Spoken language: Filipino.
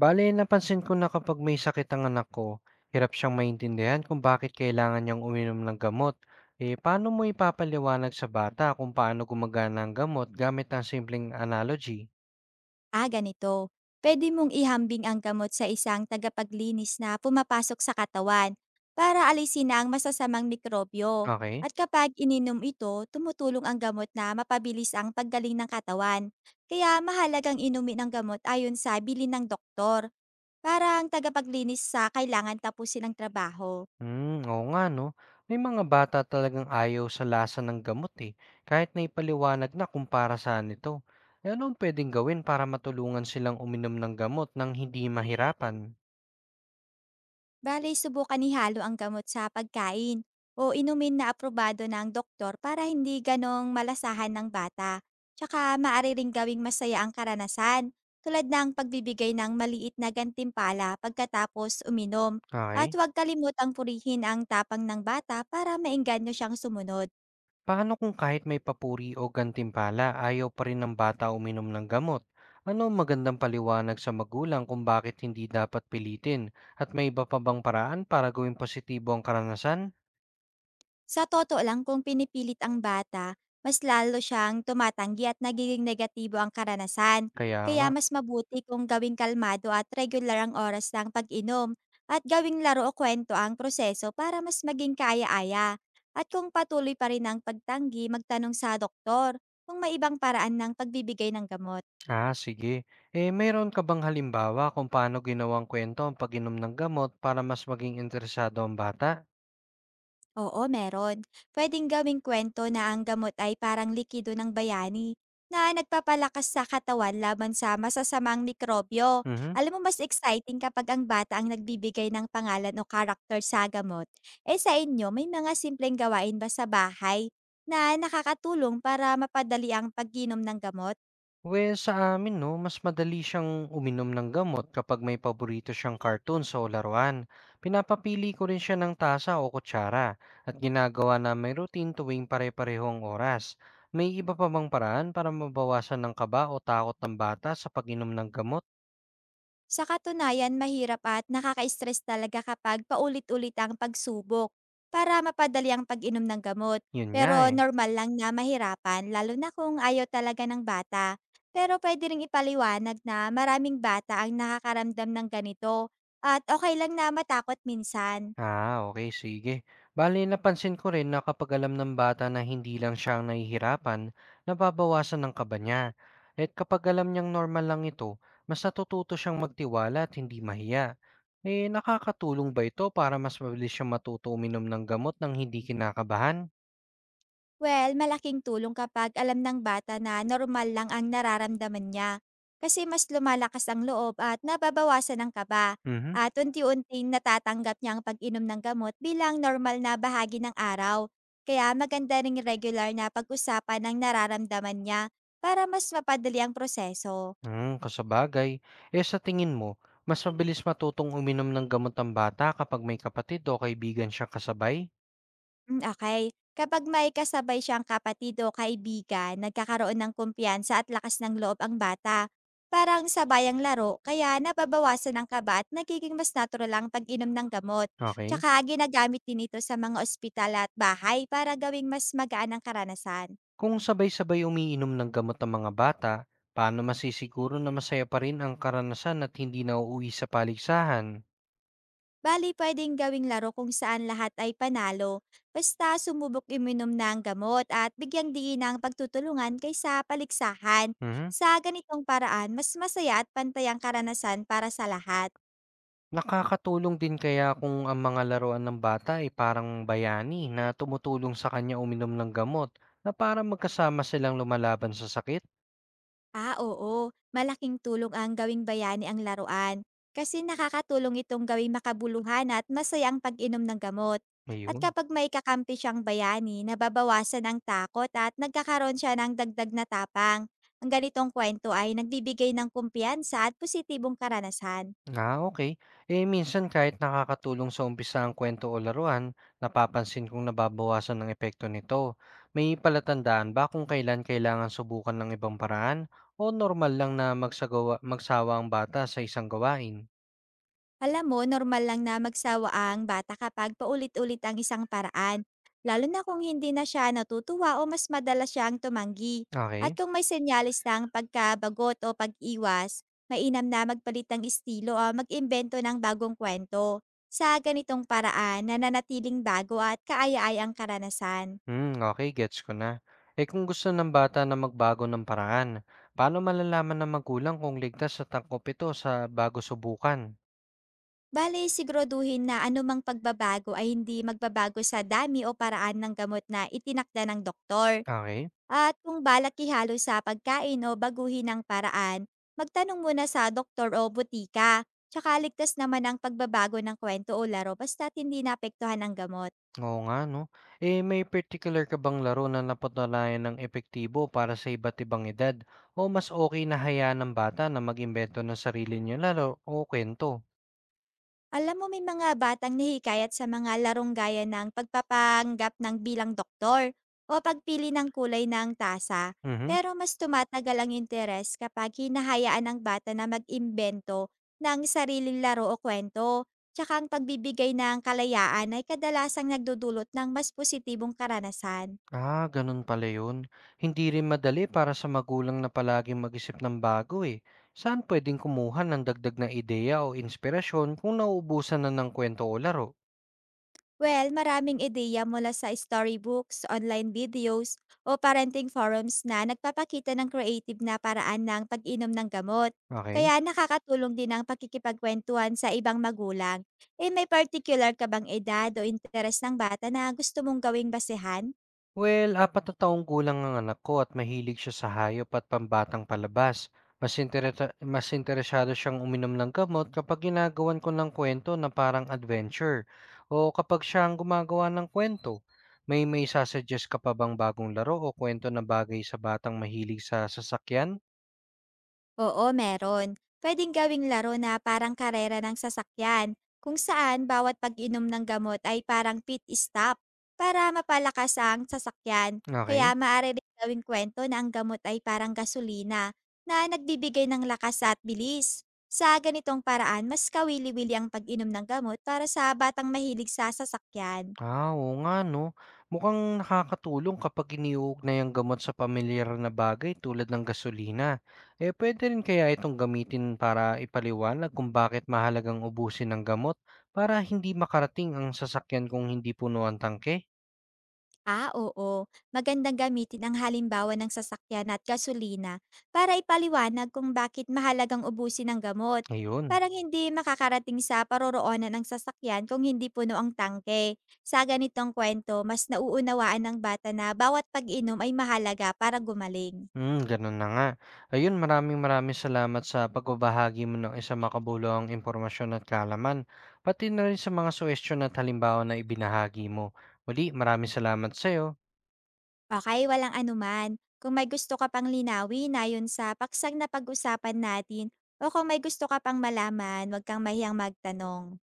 Bale, napansin ko na kapag may sakit ang anak ko, hirap siyang maintindihan kung bakit kailangan niyang uminom ng gamot. Eh, paano mo ipapaliwanag sa bata kung paano gumagana ang gamot gamit ang simpleng analogy? Ah, ganito. Pwede mong ihambing ang gamot sa isang tagapaglinis na pumapasok sa katawan para alisin na ang masasamang mikrobyo. Okay? At kapag ininom ito, tumutulong ang gamot na mapabilis ang paggaling ng katawan. Kaya mahalagang inumin ang gamot ayon sa bilin ng doktor para ang tagapaglinis sa kailangan tapusin ang trabaho. Hmm, oo nga no. May mga bata talagang ayaw sa lasa ng gamot eh, kahit na ipaliwanag na kung para saan ito. Eh, ano ang pwedeng gawin para matulungan silang uminom ng gamot nang hindi mahirapan? Bale, subukan ihalo ang gamot sa pagkain o inumin na aprobado ng doktor para hindi ganong malasahan ng bata. Tsaka maaari ring gawing masaya ang karanasan, tulad ng pagbibigay ng maliit na gantimpala pagkatapos uminom. At Okay? huwag kalimutang purihin ang tapang ng bata para maengganyo siyang sumunod. Paano kung kahit may papuri o gantimpala, ayaw pa rin ng bata uminom ng gamot? Ano ang magandang paliwanag sa magulang kung bakit hindi dapat pilitin? At may iba pa bang paraan para gawing positibo ang karanasan? Sa totoo lang kung pinipilit ang bata, mas lalo siyang tumatanggi at nagiging negatibo ang karanasan. Kaya nga. Kaya mas mabuti kung gawing kalmado at regular ang oras ng pag-inom at gawing laro o kwento ang proseso para mas maging kaaya-aya. At kung patuloy pa rin ang pagtanggi, magtanong sa doktor kung may ibang paraan ng pagbibigay ng gamot. Ah, sige. Eh, mayroon ka bang halimbawa kung paano ginawang kwento ang pag-inom ng gamot para mas maging interesado ang bata? Oo, meron. Pwedeng gawing kwento na ang gamot ay parang likido ng bayani na nagpapalakas sa katawan laban sa masasamang mikrobyo. Mhm. Alam mo, mas exciting kapag ang bata ang nagbibigay ng pangalan o karakter sa gamot. Eh sa inyo, may mga simpleng gawain ba sa bahay na nakakatulong para mapadali ang pagginom ng gamot? Well, sa amin 'no, mas madali siyang uminom ng gamot kapag may paborito siyang cartoons o laruan. Pinapapili ko rin siya ng tasa o kutsara at ginagawa na may routine tuwing pare-pareho ang oras. May iba pa bang paraan para mabawasan ng kaba o takot ng bata sa pag-inom ng gamot? Sa katunayan, mahirap at nakaka-stress talaga kapag paulit-ulit ang pagsubok para mapadali ang pag-inom ng gamot. Yun nga Pero eh. normal lang na mahirapan, lalo na kung ayaw talaga ng bata. Pero pwede rin ipaliwanag na maraming bata ang nakakaramdam ng ganito at okay lang na matakot minsan. Ah, okey, sige. Bale napansin ko rin na kapag alam ng bata na hindi lang siya ang nahihirapan, nababawasan ang kaba niya. At kapag alam niyang normal lang ito, mas natututo siyang magtiwala at hindi mahiya. Eh, nakakatulong ba ito para mas mabilis siyang matuto uminom ng gamot nang hindi kinakabahan? Well, malaking tulong kapag alam ng bata na normal lang ang nararamdaman niya. Kasi mas lumalakas ang loob at nababawasan ang kaba. Mhm. At unti-unti natatanggap niya ang pag-inom ng gamot bilang normal na bahagi ng araw. Kaya maganda ring regular na pag-usapan ang nararamdaman niya para mas mapadali ang proseso. Hmm, kasabagay. Eh, sa tingin mo, mas mabilis matutong uminom ng gamot ang bata kapag may kapatid o kaibigan siyang kasabay? Hmm, okay. Kapag may kasabay siyang kapatid o kaibigan, nagkakaroon ng kumpiyansa at lakas ng loob ang bata. Parang sabay ang laro, kaya nababawasan ang kaba at nagiging mas natural ang pag-inom ng gamot. Okay? Tsaka ginagamit din ito sa mga ospital at bahay para gawing mas magaan ang karanasan. Kung sabay-sabay umiinom ng gamot ang mga bata, paano masisiguro na masaya pa rin ang karanasan at hindi nauuwi sa paligsahan? Bali, pwedeng gawing laro kung saan lahat ay panalo. Basta sumubok iminom ng gamot at bigyang diin ang pagtutulungan kaysa paliksahan. Mhm. Sa ganitong paraan, mas masaya at pantay ang karanasan para sa lahat. Nakakatulong din kaya kung ang mga laruan ng bata ay parang bayani na tumutulong sa kanya uminom ng gamot na para magkasama silang lumalaban sa sakit? Ah, oo. Malaking tulong ang gawing bayani ang laruan kasi nakakatulong itong gawing makabuluhan at masaya ang pag-inom ng gamot. At Ayun. kapag may kakampi siyang bayani, nababawasan ang takot at nagkakaroon siya ng dagdag na tapang. Ang ganitong kwento ay nagbibigay ng kumpiyansa at positibong karanasan. Ah, okay. Eh, minsan kahit nakakatulong sa umpisa ang kuwento o laruan, napapansin kong nababawasan ang epekto nito. May palatandaan ba kung kailan kailangan subukan ng ibang paraan o normal lang na magsawa ang bata sa isang gawain? Alam mo, normal lang na magsawa ang bata kapag paulit-ulit ang isang paraan, lalo na kung hindi na siya natutuwa o mas madalas siyang tumanggi. At Okay. kung may senyalis ng pagkabagot o pag-iwas, mainam na magpalit ng estilo o mag-imbento ng bagong kwento. Sa ganitong paraan, nananatiling bago at kaaya-ayang karanasan. Hmm, okay, gets ko na. Eh, kung gusto ng bata na magbago ng paraan, paano malalaman ng magulang kung ligtas sa tangkop ito sa bago subukan? Bale, siguraduhin na anumang pagbabago ay hindi magbabago sa dami o paraan ng gamot na itinakda ng doktor. Okay. At kung balak ihalo sa pagkain o baguhin ang paraan, magtanong muna sa doktor o butika. Tsaka ligtas naman ang pagbabago ng kwento o laro basta't hindi naapektuhan ang gamot. Oo nga 'no. Eh, may particular ka bang laro na napatunayan ng epektibo para sa iba't ibang edad o mas okey na hayaan ng bata na mag-imbento ng sarili niya laro o kuwento? Alam mo, may mga batang nahihikayat sa mga larong gaya ng pagpapanggap ng bilang doktor o pagpili ng kulay ng tasa. Mhm. Pero mas tumatagal ang interes kapag hinahayaan ang bata na mag-imbento ng sariling laro o kwento. Tsaka ang pagbibigay ng kalayaan ay kadalasang nagdudulot ng mas positibong karanasan. Ah, gano'n pala 'yun. Hindi rin madali para sa magulang na palaging mag-isip ng bago, eh. Saan puwedeng kumuha ng dagdag na ideya o inspirasyon kung nauubusan na ng kwento o laro? Well, maraming ideya mula sa storybooks, online videos, o parenting forums na nagpapakita ng creative na paraan ng pag-inom ng gamot. Okay. Kaya nakakatulong din ang pakikipagkwentuhan sa ibang magulang. Eh may particular ka bang edad o interes ng bata na gusto mong gawing basehan? Well, apat na taong gulang ang anak ko at mahilig siya sa hayop at pambatang palabas. Mas interesado siyang uminom ng gamot kapag ginagawan ko ng kwento na parang adventure o kapag siya ang gumagawa ng kwento. May sasuggest ka pa bang bagong laro o kwento na bagay sa batang mahilig sa sasakyan? Oo, meron. Pwedeng gawing laro na parang karera ng sasakyan, kung saan bawat pag-inom ng gamot ay parang pit stop para mapalakas ang sasakyan. Kaya Okay. maaari rin gawing kwento na ang gamot ay parang gasolina na nagbibigay ng lakas at bilis. Sa ganitong paraan, mas kawili-wili ang pag-inom ng gamot para sa batang mahilig sa sasakyan. Ah, oo nga 'no. Mukhang nakakatulong kapag iniuugnay ang gamot sa pamilyar na bagay tulad ng gasolina. Eh, puwede rin kaya itong gamitin para ipaliwanag kung bakit mahalagang ubusin ang gamot para hindi makarating ang sasakyan kung hindi puno ang tangke? Ah, oo. Magandang gamitin ang halimbawa ng sasakyan at gasolina para ipaliwanag kung bakit mahalagang ubusin ang gamot. Ayun. Parang hindi makakarating sa paroroonan ng sasakyan kung hindi puno ang tangke. Sa ganitong kwento, mas nauunawaan ng bata na bawat pag-inom ay mahalaga para gumaling. Hmm, gano'n na nga. Ayun, maraming maraming salamat sa pagbabahagi mo ng isang makabuluhang impormasyon at kaalaman, pati na rin sa mga suhestiyon at halimbawa na ibinahagi mo. Muli, maraming salamat sa'yo. Okay, walang anuman. Kung may gusto ka pang linawin ayon sa paksang na pag-usapan natin o kung may gusto ka pang malaman, huwag kang mahiyang magtanong.